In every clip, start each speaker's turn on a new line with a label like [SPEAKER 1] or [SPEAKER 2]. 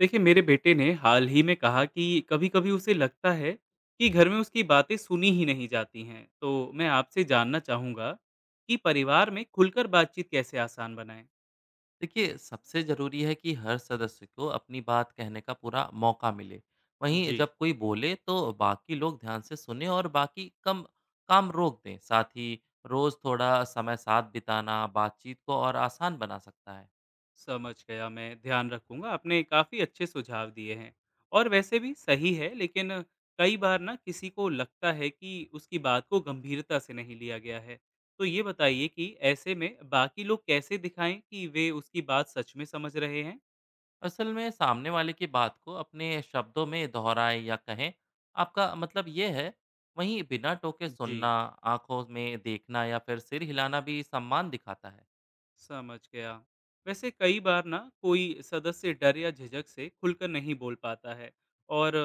[SPEAKER 1] देखिए, मेरे बेटे ने हाल ही में कहा कि कभी-कभी उसे लगता है कि घर में उसकी बातें सुनी ही नहीं जाती हैं। तो मैं आपसे जानना चाहूँगा कि परिवार में खुलकर बातचीत कैसे आसान बनाएं।
[SPEAKER 2] देखिए सबसे ज़रूरी है कि हर सदस्य को अपनी बात कहने का पूरा मौका मिले। वहीं
[SPEAKER 1] जी।
[SPEAKER 2] जब कोई बोले तो बाकी लोग ध्यान से सुने और बाकी कम काम रोक दें। साथ ही रोज़ थोड़ा समय साथ बिताना बातचीत को और आसान बना सकता है।
[SPEAKER 1] समझ गया, मैं ध्यान रखूंगा। आपने काफ़ी अच्छे सुझाव दिए हैं और वैसे भी सही है, लेकिन कई बार ना किसी को लगता है कि उसकी बात को गंभीरता से नहीं लिया गया है। तो ये बताइए कि ऐसे में बाकी लोग कैसे दिखाएं कि वे उसकी बात सच में समझ रहे हैं।
[SPEAKER 2] असल में सामने वाले की बात को अपने शब्दों में दोहराएं या कहें, आपका मतलब ये है। वहीं बिना टोके
[SPEAKER 1] जी।
[SPEAKER 2] सुनना, आंखों में देखना या फिर सिर हिलाना भी सम्मान दिखाता है।
[SPEAKER 1] समझ गया। वैसे कई बार ना कोई सदस्य डर या झिझक से खुलकर नहीं बोल पाता है, और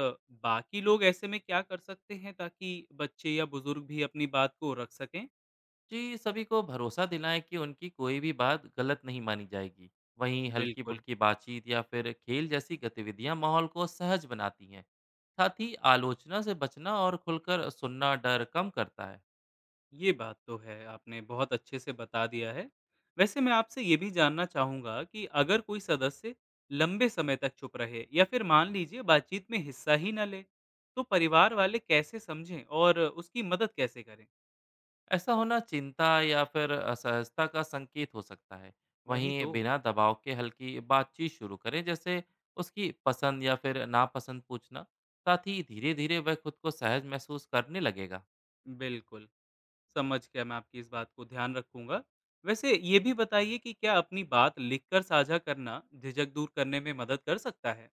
[SPEAKER 1] बाकी लोग ऐसे में क्या कर सकते हैं ताकि बच्चे या बुजुर्ग भी अपनी बात को रख सकें।
[SPEAKER 2] जी, सभी को भरोसा दिलाएं कि उनकी कोई भी बात गलत नहीं मानी जाएगी। वहीं
[SPEAKER 1] बिल्कुल।
[SPEAKER 2] हल्की-फुल्की बातचीत या फिर खेल जैसी गतिविधियां माहौल को सहज बनाती हैं। साथ ही आलोचना से बचना और खुलकर सुनना डर कम करता है।
[SPEAKER 1] ये बात तो है, आपने बहुत अच्छे से बता दिया है। वैसे मैं आपसे ये भी जानना चाहूँगा कि अगर कोई सदस्य लंबे समय तक चुप रहे या फिर मान लीजिए बातचीत में हिस्सा ही न ले, तो परिवार वाले कैसे समझें और उसकी मदद कैसे करें।
[SPEAKER 2] ऐसा होना चिंता या फिर असहजता का संकेत हो सकता है।
[SPEAKER 1] वही
[SPEAKER 2] वहीं
[SPEAKER 1] तो।
[SPEAKER 2] बिना दबाव के हल्की बातचीत शुरू करें, जैसे उसकी पसंद या फिर नापसंद पूछना। साथ ही धीरे-धीरे वह खुद को सहज महसूस करने लगेगा।
[SPEAKER 1] बिल्कुल। समझ गया, मैं आपकी इस बात को ध्यान रखूँगा। वैसे ये भी बताइए कि क्या अपनी बात लिखकर साझा करना झिझक दूर करने में मदद कर सकता है?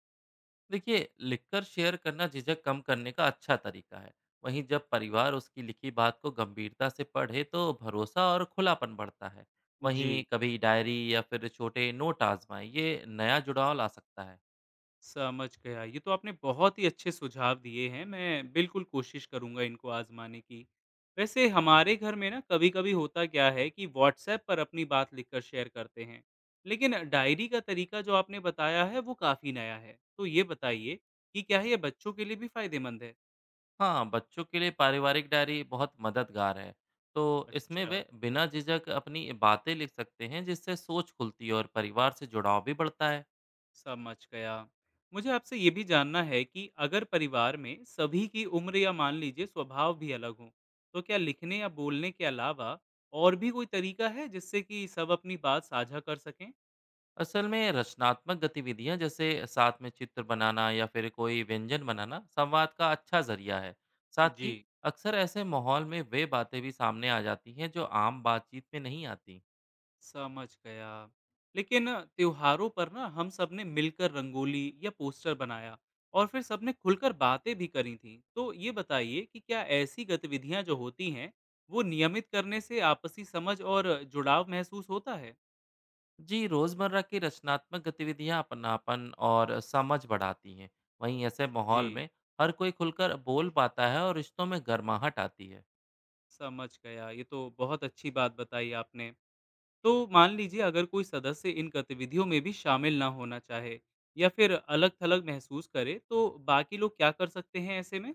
[SPEAKER 2] देखिए लिखकर शेयर करना झिझक कम करने का अच्छा तरीका है। वहीं जब परिवार उसकी लिखी बात को गंभीरता से पढ़े तो भरोसा और खुलापन बढ़ता है। वहीं
[SPEAKER 1] जी।
[SPEAKER 2] कभी डायरी या फिर छोटे नोट आजमाएं, ये नया जुड़ाव ला सकता है।
[SPEAKER 1] समझ गया। ये तो आपने बहुत ही अच्छे सुझाव दिए हैं, मैं बिल्कुल कोशिश करूँगा इनको आज़माने की। वैसे हमारे घर में ना कभी-कभी होता क्या है कि व्हाट्सऐप पर अपनी बात लिखकर शेयर करते हैं, लेकिन डायरी का तरीका जो आपने बताया है वो काफ़ी नया है। तो ये बताइए कि क्या ये बच्चों के लिए भी फ़ायदेमंद है?
[SPEAKER 2] हाँ, बच्चों के लिए पारिवारिक डायरी बहुत मददगार है। तो इसमें
[SPEAKER 1] अच्छा।
[SPEAKER 2] वे बिना झिझक अपनी बातें लिख सकते हैं, जिससे सोच खुलती है और परिवार से जुड़ाव भी बढ़ता है।
[SPEAKER 1] समझ गया। मुझे आपसे ये भी जानना है कि अगर परिवार में सभी की उम्र या मान लीजिए स्वभाव भी अलग हो, तो क्या लिखने या बोलने के अलावा और भी कोई तरीका है जिससे कि सब अपनी बात साझा कर सकें?
[SPEAKER 2] असल में रचनात्मक गतिविधियां जैसे साथ में चित्र बनाना या फिर कोई व्यंजन बनाना संवाद का अच्छा जरिया है। साथ
[SPEAKER 1] जी।
[SPEAKER 2] ही अक्सर ऐसे माहौल में वे बातें भी सामने आ जाती हैं जो आम बातचीत में नहीं आती।
[SPEAKER 1] समझ गया। लेकिन त्योहारों पर ना हम सब ने मिलकर रंगोली या पोस्टर बनाया और फिर सबने खुलकर बातें भी करी थी। तो ये बताइए कि क्या ऐसी गतिविधियां जो होती हैं, वो नियमित करने से आपसी समझ और जुड़ाव महसूस होता है?
[SPEAKER 2] जी, रोजमर्रा की रचनात्मक गतिविधियां अपनापन और समझ बढ़ाती हैं। वहीं ऐसे
[SPEAKER 1] जी।
[SPEAKER 2] माहौल में हर कोई खुलकर बोल पाता है और रिश्तों में गर्माहट आती है।
[SPEAKER 1] समझ गया। ये तो बहुत अच्छी बात बताई आपने। तो मान लीजिए अगर कोई सदस्य इन गतिविधियों में भी शामिल ना होना चाहे या फिर अलग-थलग महसूस करे, तो बाकी लोग क्या कर सकते हैं ऐसे में?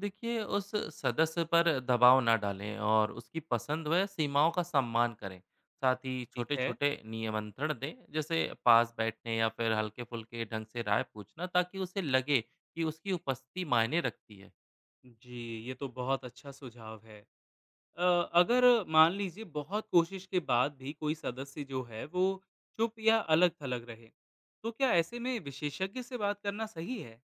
[SPEAKER 2] देखिए उस सदस्य पर दबाव ना डालें और उसकी पसंद व सीमाओं का सम्मान करें। साथ ही
[SPEAKER 1] ठीक
[SPEAKER 2] छोटे
[SPEAKER 1] है।
[SPEAKER 2] छोटे नियमंत्रण दें, जैसे पास बैठने या फिर हल्के फुल्के ढंग से राय पूछना, ताकि उसे लगे कि उसकी उपस्थिति मायने रखती है।
[SPEAKER 1] जी, ये तो बहुत अच्छा सुझाव है। अ, अगर मान लीजिए बहुत कोशिश के बाद भी कोई सदस्य जो है वो चुप या अलग-थलग रहे, तो क्या ऐसे में विशेषज्ञ से बात करना सही है?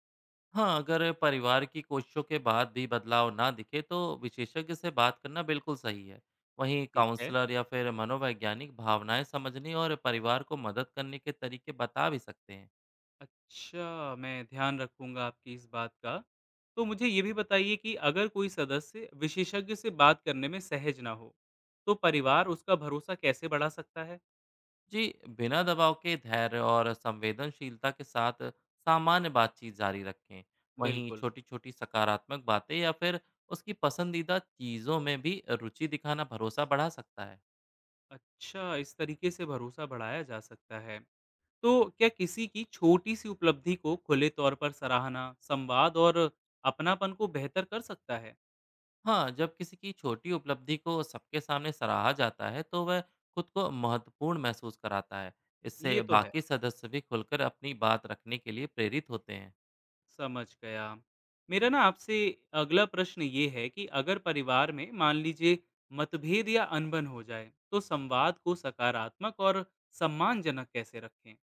[SPEAKER 2] हाँ, अगर परिवार की कोशिशों के बाद भी बदलाव ना दिखे तो विशेषज्ञ से बात करना बिल्कुल सही है। वहीं
[SPEAKER 1] ठीक है।
[SPEAKER 2] काउंसलर या फिर मनोवैज्ञानिक भावनाएं समझने और परिवार को मदद करने के तरीके बता भी सकते हैं।
[SPEAKER 1] अच्छा, मैं ध्यान रखूँगा आपकी इस बात का। तो मुझे ये भी बताइए कि अगर कोई सदस्य विशेषज्ञ से बात करने में सहज ना हो, तो परिवार उसका भरोसा कैसे बढ़ा सकता है?
[SPEAKER 2] जी, बिना दबाव के धैर्य और संवेदनशीलता के साथ सामान्य बातचीत जारी रखें। वहीं
[SPEAKER 1] बिल्कुल।
[SPEAKER 2] छोटी छोटी सकारात्मक बातें या फिर उसकी पसंदीदा चीज़ों में भी रुचि दिखाना भरोसा बढ़ा सकता है।
[SPEAKER 1] अच्छा, इस तरीके से भरोसा बढ़ाया जा सकता है। तो क्या किसी की छोटी-सी उपलब्धि को खुले तौर पर सराहना, संवाद और अपनापन को बेहतर कर सकता है?
[SPEAKER 2] हाँ, जब किसी की छोटी उपलब्धि को सबके सामने सराहा जाता है तो वह खुद को महत्वपूर्ण महसूस कराता है।
[SPEAKER 1] ये
[SPEAKER 2] इससे
[SPEAKER 1] तो है।
[SPEAKER 2] बाकी सदस्य भी खुलकर अपनी बात रखने के लिए प्रेरित होते हैं।
[SPEAKER 1] समझ गया। मेरा ना आपसे अगला प्रश्न ये है कि अगर परिवार में मान लीजिए मतभेद या अनबन हो जाए, तो संवाद को सकारात्मक और सम्मानजनक कैसे रखें?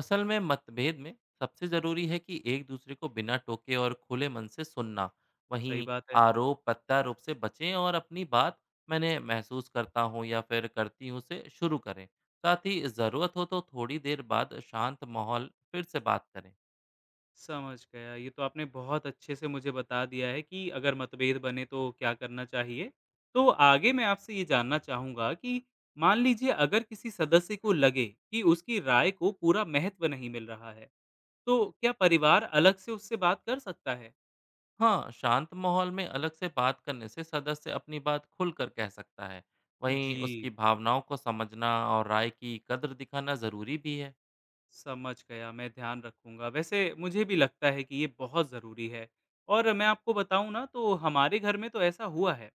[SPEAKER 2] असल में मतभेद में सबसे जरूरी है कि एक दूसरे को बिना टोके और खुले मन से सुनना।
[SPEAKER 1] सही
[SPEAKER 2] वहीं
[SPEAKER 1] बात है।
[SPEAKER 2] आरोप प्रत्यारोप से बचें और अपनी बात मैंने महसूस करता हूँ या फिर करती हूँ से शुरू करें। साथ ही ज़रूरत हो तो थोड़ी देर बाद शांत माहौल फिर से बात करें।
[SPEAKER 1] समझ गया। ये तो आपने बहुत अच्छे से मुझे बता दिया है कि अगर मतभेद बने तो क्या करना चाहिए। तो आगे मैं आपसे ये जानना चाहूँगा कि मान लीजिए अगर किसी सदस्य को लगे कि उसकी राय को पूरा महत्व नहीं मिल रहा है, तो क्या परिवार अलग से उससे बात कर सकता है?
[SPEAKER 2] हाँ, शांत माहौल में अलग से बात करने से सदस्य अपनी बात खुलकर कह सकता है। वहीं
[SPEAKER 1] जी।
[SPEAKER 2] उसकी भावनाओं को समझना और राय की कद्र दिखाना ज़रूरी भी है।
[SPEAKER 1] समझ गया, मैं ध्यान रखूँगा। वैसे मुझे भी लगता है कि ये बहुत ज़रूरी है, और मैं आपको बताऊँ ना तो हमारे घर में तो ऐसा हुआ है।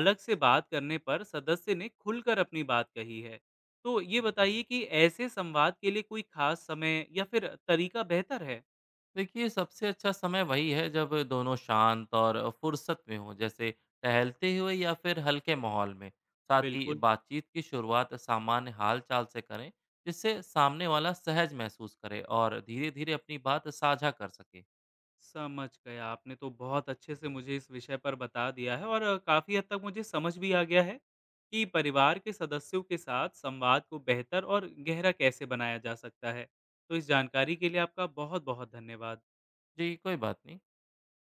[SPEAKER 1] अलग से बात करने पर सदस्य ने खुलकर अपनी बात कही है। तो ये बताइए कि ऐसे संवाद के लिए कोई खास समय या फिर तरीका बेहतर है?
[SPEAKER 2] देखिए सबसे अच्छा समय वही है जब दोनों शांत और फुर्सत में हों, जैसे टहलते हुए या फिर हल्के माहौल में। साथ ही
[SPEAKER 1] बिल्कुल।
[SPEAKER 2] बातचीत की शुरुआत सामान्य हाल चाल से करें, जिससे सामने वाला सहज महसूस करे और धीरे धीरे अपनी बात साझा कर सके।
[SPEAKER 1] समझ गया। आपने तो बहुत अच्छे से मुझे इस विषय पर बता दिया है और काफ़ी हद तक मुझे समझ भी आ गया है कि परिवार के सदस्यों के साथ संवाद को बेहतर और गहरा कैसे बनाया जा सकता है। तो इस जानकारी के लिए आपका बहुत-बहुत धन्यवाद।
[SPEAKER 2] जी, कोई बात नहीं।